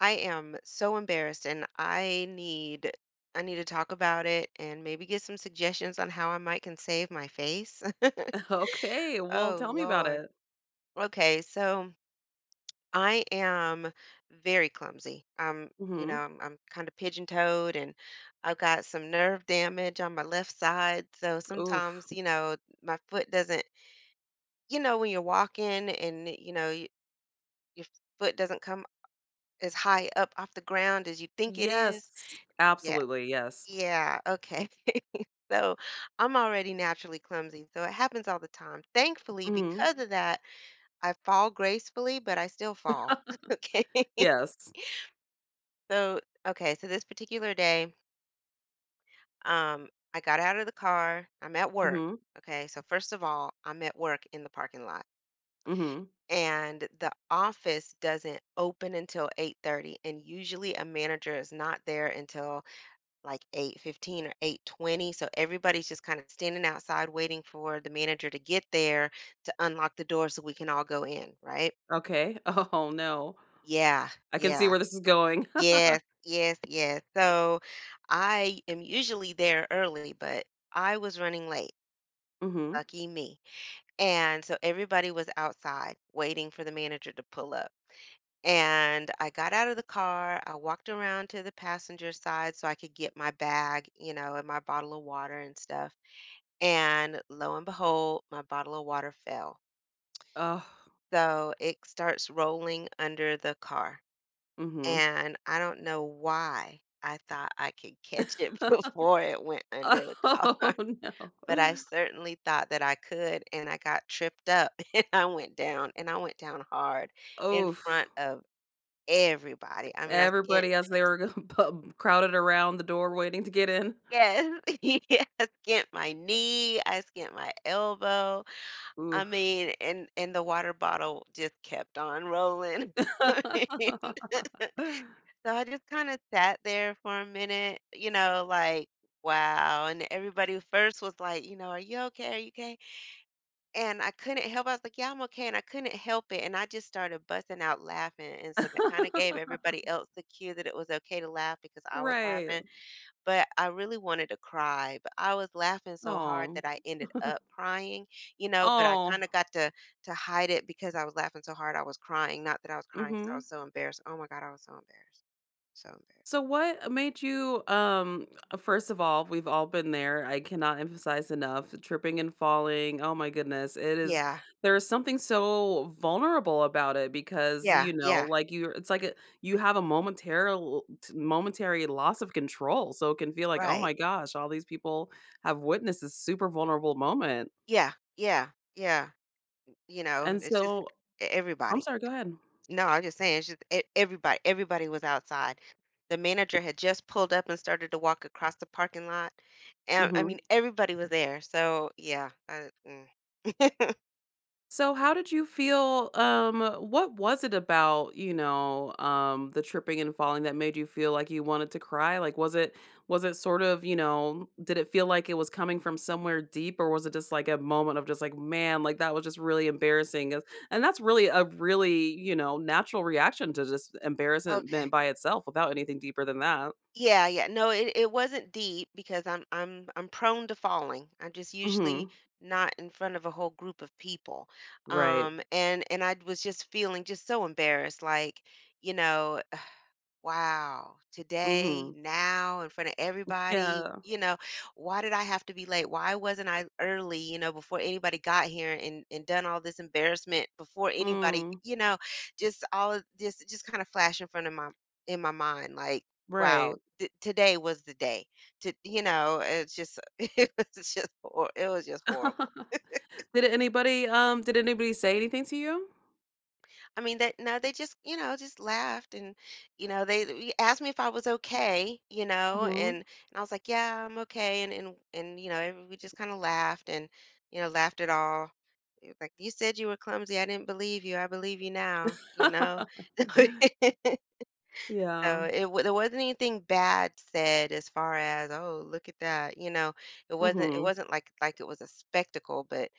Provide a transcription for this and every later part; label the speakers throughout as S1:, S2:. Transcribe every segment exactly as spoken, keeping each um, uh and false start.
S1: I am so embarrassed and I need I need to talk about it and maybe get some suggestions on how I might can save my face.
S2: Okay, well,
S1: Oh
S2: tell me about
S1: Lord.
S2: it.
S1: Okay, so I am very clumsy. I'm, you know,
S2: Mhm.
S1: I'm, I'm kind of pigeon-toed, and I've got some nerve damage on my left side. So
S2: Oof.
S1: sometimes, you know, my foot doesn't, you know, when you're walking and, you know, y- your foot doesn't come as high up off the ground as you think it
S2: Yes.
S1: is.
S2: Absolutely, yes.
S1: Yeah, okay. So I'm already naturally clumsy, so it happens all the time. Thankfully,
S2: Mhm.
S1: because of that, I fall gracefully, but I still fall. Okay.
S2: Yes.
S1: So, okay, so this particular day, um, I got out of the car. I'm at work.
S2: Mhm.
S1: Okay, so first of all, I'm at work in the parking lot.
S2: Mhm.
S1: And the office doesn't open until eight thirty, and usually a manager is not there until like eight fifteen or eight twenty. So everybody's just kind of standing outside waiting for the manager to get there to unlock the door so we can all go in, right?
S2: Okay. Oh, no.
S1: Yeah,
S2: I can see
S1: yeah.
S2: where this is going.
S1: Yes, yes, yes. So I am usually there early, but I was running late.
S2: Mhm.
S1: Lucky me. And so everybody was outside waiting for the manager to pull up. And I got out of the car. I walked around to the passenger side so I could get my bag, you know, and my bottle of water and stuff. And lo and behold, my bottle of water fell.
S2: Ugh.
S1: So it starts rolling under the car.
S2: Mhm.
S1: And I don't know why I thought I could catch it before it went under the car,
S2: Oh, no.
S1: but I certainly thought that I could. And I got tripped up and I went down, and I went down hard in
S2: Oof.
S1: front of everybody. I mean, I skint.
S2: Everybody as they were g p crowded around the door waiting to get in.
S1: Yes, yeah, I skint my knee, I skint my elbow, I
S2: Oof.
S1: mean, and and the water bottle just kept on rolling. I mean, so I just kind of sat there for a minute, you know, like, wow. And everybody first was like, you know, are you okay? Are you okay? And I couldn't help. I was like, yeah, I'm okay. And I couldn't help it. And I just started busting out laughing. And so that kind of gave everybody else the cue that it was okay to laugh because I was
S2: Right.
S1: laughing, but I really wanted to cry, but I was laughing so hard that
S2: Oh.
S1: I ended up crying, you know, but I
S2: Oh.
S1: kinda got to to hide it because I was laughing so hard I was crying, not that I was crying, crying 'cause I
S2: Mhm.
S1: was so embarrassed. Oh my god, I was so embarrassed. So embarrassed.
S2: So what made you um uh, first of all, we've all been there. I cannot emphasize enough tripping and falling. Oh my goodness. It is
S1: Yeah.
S2: There is something so vulnerable about it because
S1: Yeah,
S2: you know,
S1: yeah,
S2: like you it's like a, you have a momentary momentary loss of control. So it can feel like, "Oh
S1: right.
S2: my gosh, all these people have witnessed this super vulnerable moment."
S1: Yeah, yeah, yeah, you know,
S2: And
S1: it's just
S2: so
S1: e
S2: I'm
S1: everybody.
S2: sorry, go ahead.
S1: No, I'm just saying, it's just e- everybody, everybody was outside. The manager had just pulled up and started to walk across the parking lot. And I
S2: Mhm.
S1: mean, everybody was there. So yeah. I, mm.
S2: So how did you feel, um, what was it about, you know, um, the tripping and falling that made you feel like you wanted to cry? Like, was it was it sort of, you know, did it feel like it was coming from somewhere deep or was it just like a moment of just like, man, like that was just really embarrassing? 'Cause- And that's really a really, you know, natural reaction to just
S1: Okay.
S2: embarrassment by itself without anything deeper than that.
S1: Yeah, yeah. No, it, it wasn't deep because I'm I'm I'm prone to falling. I'm just usually
S2: Mhm.
S1: not in front of a whole group of people.
S2: Right.
S1: Um and and I was just feeling just so embarrassed like, you know, wow, today,
S2: Mhm.
S1: now, in front of everybody,
S2: Yeah.
S1: you know, why did I have to be late? Why wasn't I early, you know, before anybody got here and and done all this embarrassment before anybody,
S2: Mm.
S1: you know, just all of this just kind of flash in front of my in my mind like, wow,
S2: Right.
S1: th today was the day. To, you know, it's just it was just hor it was just horrible.
S2: Did anybody, um did anybody say anything to you?
S1: I mean, that no, they just, you know, just laughed, and, you know, they they asked me if I was okay, you know, and,
S2: Mhm.
S1: and I was like, yeah, I'm okay. And, and, and, you know, every- we just kind of laughed, and, you know, laughed it all. It was like you said, you were clumsy. I didn't believe you. I believe you now, you know?
S2: Yeah.
S1: So it, wa- there wasn't anything bad said, as far as, oh, look at that, you know, it wasn't, it
S2: Mhm.
S1: wasn't like, like it was a spectacle, but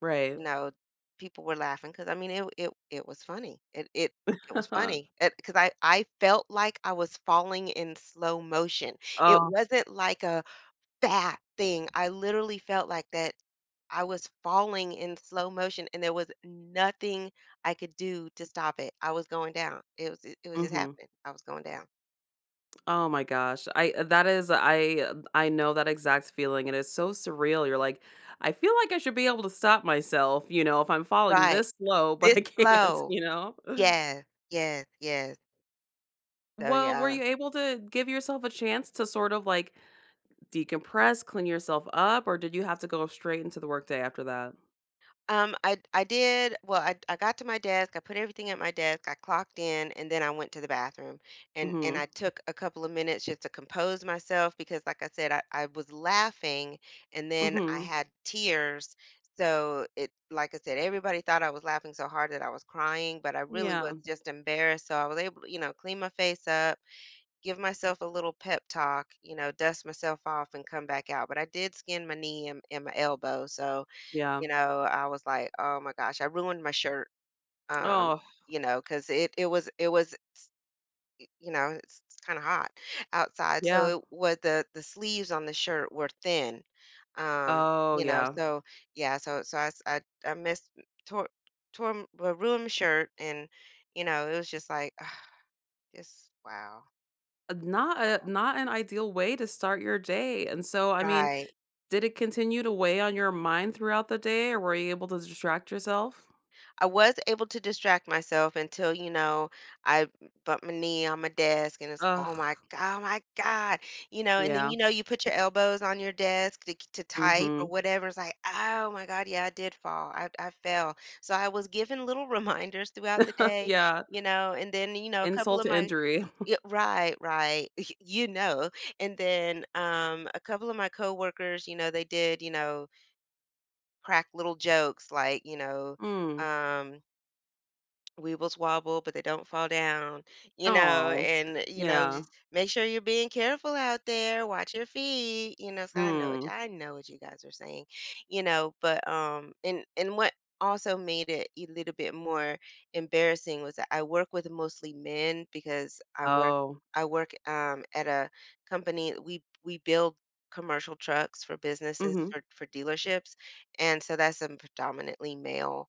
S2: Right.
S1: you know, people were laughing because I mean, it it it was funny. It it it was funny, because I I felt like I was falling in slow motion. It
S2: Oh,
S1: wasn't like a bad thing. I literally felt like that I was falling in slow motion, and there was nothing I could do to stop it. I was going down. It was it was just
S2: mhm.
S1: happening. I was going down.
S2: Oh my gosh. I uh, that is I uh, I know that exact feeling, and it's so surreal. You're like, "I feel like I should be able to stop myself, you know, if I'm falling
S1: Right.
S2: this slow, but
S1: This
S2: I can't,"
S1: slow.
S2: you know?
S1: Yes, yes, yes. So,
S2: Well, were
S1: yeah.
S2: you able to give yourself a chance to sort of, like, decompress, clean yourself up, or did you have to go straight into the workday after that?
S1: Um, I I did well, I I got to my desk, I put everything at my desk, I clocked in, and then I went to the bathroom. And and
S2: Mhm.
S1: I took a couple of minutes just to compose myself because like I said, I, I was laughing, and then I
S2: Mhm.
S1: had tears. So it like I said, everybody thought I was laughing so hard that I was crying, but I really was
S2: Yeah.
S1: just embarrassed. So I was able to, you know, clean my face up, give myself a little pep talk, you know, dust myself off, and come back out. But I did skin my knee, and, and my elbow. So
S2: Yeah.
S1: you know, I was like, "Oh my gosh, I ruined my shirt." Um,
S2: Oh,
S1: you know, because it it was it was, you know, it's it's kinda hot outside,
S2: yeah.
S1: so it was the the sleeves on the shirt were thin. Um,
S2: Oh,
S1: you know,
S2: yeah.
S1: so yeah, so so I s I I missed tore tore m well, ruined my shirt, and, you know, it was just like, just wow,
S2: Uh, not
S1: wow.
S2: a not an ideal way to start your day. And so, I mean,
S1: Right.
S2: did it continue to weigh on your mind throughout the day, or were you able to distract yourself?
S1: I was able to distract myself until, you know, I bumped my knee on my desk, and it's like, oh my
S2: Ugh.
S1: god, oh my god. You know, and then
S2: Yeah.
S1: you know you put your elbows on your desk to, to type
S2: Mm-hmm.
S1: or whatever. It's like, "Oh my god, yeah, I did fall. I I fell." So I was given little reminders throughout the day,
S2: Yeah.
S1: you know, and then you know, a couple
S2: Insult
S1: of
S2: to
S1: my
S2: injury.
S1: yeah, right, right. You know, and then um a couple of my coworkers, you know, they did, you know, crack little jokes like, you know,
S2: Mm.
S1: um weebles wobble, but they don't fall down, you know,
S2: Oh.
S1: and, you know,
S2: Yeah.
S1: just make sure you're being careful out there, watch your feet, you know, so I know what
S2: Hmm.
S1: I know what you guys are saying, you know, but um and and what also made it a little bit more embarrassing was that I work with mostly men because I work
S2: Oh.
S1: I work um at a company, we we build commercial trucks for businesses,
S2: Mm-hmm.
S1: for for dealerships, and so that's a predominantly male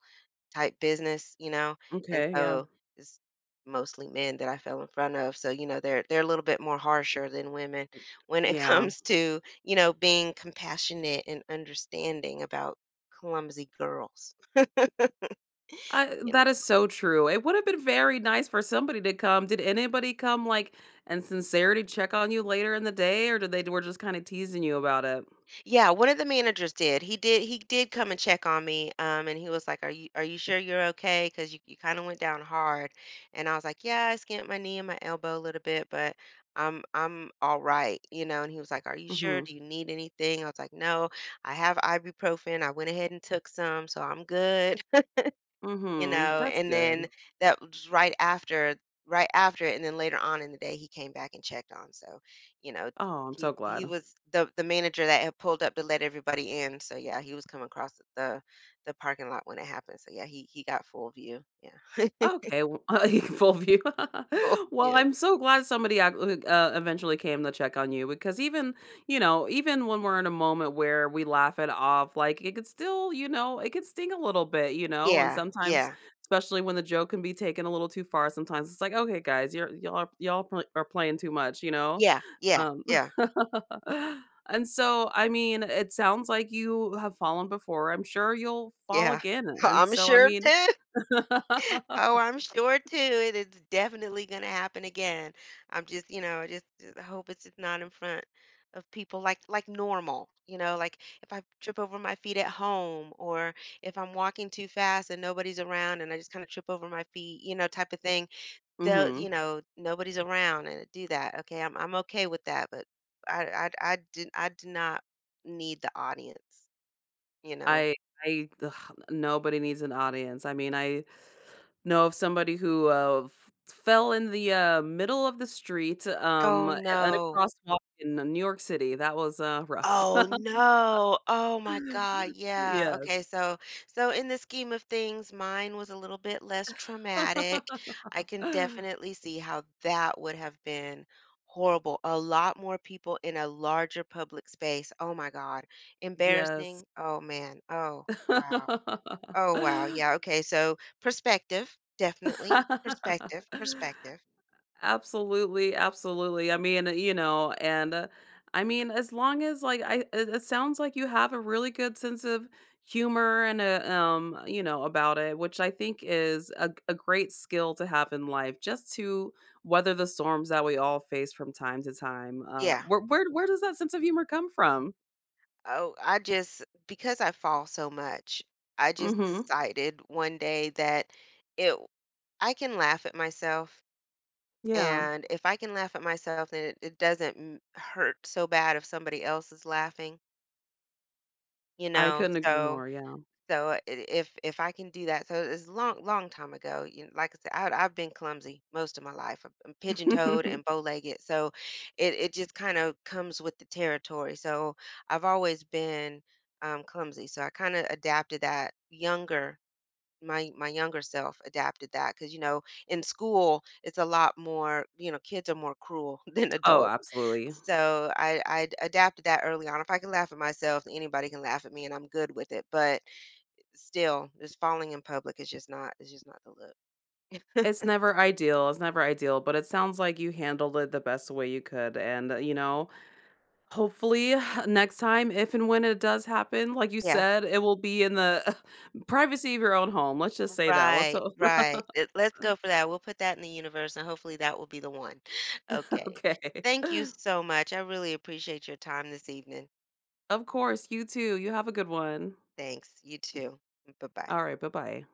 S1: type business, you know, and
S2: Okay. Yeah.
S1: so it's mostly men that I fell in front of. So, you know, they're they're a little bit more harsher than women when it
S2: Yeah.
S1: comes to, you know, being compassionate and understanding about clumsy girls,
S2: I
S1: you
S2: that is
S1: know.
S2: so true. It would have been very nice for somebody to come. Did anybody come, like, in sincerity check on you later in the day, or did they were just kinda teasing you about it?
S1: Yeah, one of the managers did. He did he did come and check on me. Um and he was like, "Are you are you sure you're okay? Okay? Because you you kind of went down hard." And I was like, "Yeah, I skinned my knee and my elbow a little bit, but I'm I'm all right, you know." And he was like, "Are you
S2: Mm
S1: sure?
S2: mhm.
S1: Do you need anything?" I was like, "No, I have ibuprofen. I went ahead and took some, so I'm good."
S2: Mm
S1: You
S2: mhm.
S1: know,
S2: That's
S1: and
S2: good.
S1: then that was right after right after and then later on in the day, he came back and checked on. So, you know,
S2: Oh, I'm so
S1: he he
S2: glad.
S1: was the the manager that had pulled up to let everybody in. So yeah, he was coming across the the parking lot when it happened. So yeah, he he got full view. Yeah.
S2: Okay, w full view.
S1: Full
S2: Well,
S1: view.
S2: I'm so glad somebody ac like, uh, eventually came to check on you because even, you know, even when we're in a moment where we laugh it off, like, it could still, you know, it could sting a little bit, you know, and
S1: Yeah,
S2: sometimes,
S1: yeah,
S2: especially when the joke can be taken a little too far, sometimes it's like, "Okay, guys, you're y'all are y'all pl are playing too much," you know?
S1: yeah, yeah,
S2: Um,
S1: yeah,
S2: and so, I mean, it sounds like you have fallen before. I'm sure you'll fall
S1: yeah.
S2: again, and
S1: I'm
S2: so, I
S1: sure
S2: mean
S1: too. Oh, I'm sure too. It is definitely going to happen again. I'm just, you know, just, just hope it's just not in front of people, like like normal. You know, like if I trip over my feet at home, or if I'm walking too fast and nobody's around and I just kind of trip over my feet, you know, type of thing. Though, you
S2: Mhm.
S1: know, nobody's around and do that. Okay, I'm I'm okay with that, but I I I did I do not need the audience, you know.
S2: I I ugh, nobody needs an audience. I mean, I know of somebody who, uh, f fell in the, uh, middle of the street,
S1: Oh
S2: um, at a
S1: no.
S2: crosswalk in uh, New York City. That was, uh, rough.
S1: Oh, no. Oh my God. Yeah.
S2: Yes.
S1: Okay. So, so in the scheme of things, mine was a little bit less traumatic. I can definitely see how that would have been horrible. A lot more people in a larger public space. Oh my God.
S2: Yes.
S1: Embarrassing. Oh man. Oh, wow. Oh, wow. Yeah. Okay. So, perspective, definitely. Perspective, perspective.
S2: Absolutely, absolutely. I mean, uh, you know, and uh, I mean, as long as like I, it, it sounds like you have a really good sense of humor and a, um, uh, you know, about it, which I think is a, a great skill to have in life, just to weather the storms that we all face from time to time. Uh,
S1: Yeah,
S2: where where
S1: yeah.
S2: where does that sense of humor come from?
S1: Oh, I just because I fall so much, I just
S2: Mm-hmm.
S1: decided one day that it I can laugh at myself.
S2: Yeah,
S1: And if I can laugh at myself, then it, it doesn't m- hurt so bad if somebody else is laughing, you
S2: I
S1: know?
S2: couldn't agree
S1: So
S2: more. Yeah.
S1: so uh, i- if if I can do that, so it's long long time ago. You know, like I said, I, I've been clumsy most of my life. I'm pigeon toed and bow legged, so it it just kind of comes with the territory. So I've always been um, clumsy, so I kind of adapted that younger. My my younger self adapted that because you know in school it's a lot more, you know, kids are more cruel than
S2: Oh,
S1: adults.
S2: absolutely.
S1: So I I adapted that early on. If I can laugh at myself, anybody can laugh at me, and I'm good with it. But still, just falling in public is just not, it's just not the look.
S2: It's never ideal, it's never ideal, but it sounds like you handled it the best way you could, and, uh, you know, hopefully, next time, if and when it does happen, like you
S1: Yeah.
S2: said, it will be in the privacy of your own home, let's just say that, let's
S1: Right,
S2: ho
S1: right. It- Let's go for that. We'll put that in the universe, and hopefully that will be the one. Okay.
S2: okay.
S1: Thank you so much. I really appreciate your time this evening.
S2: Of course, you too, you have a good one.
S1: Thanks. You too. Bye-bye.
S2: Alright, bye-bye.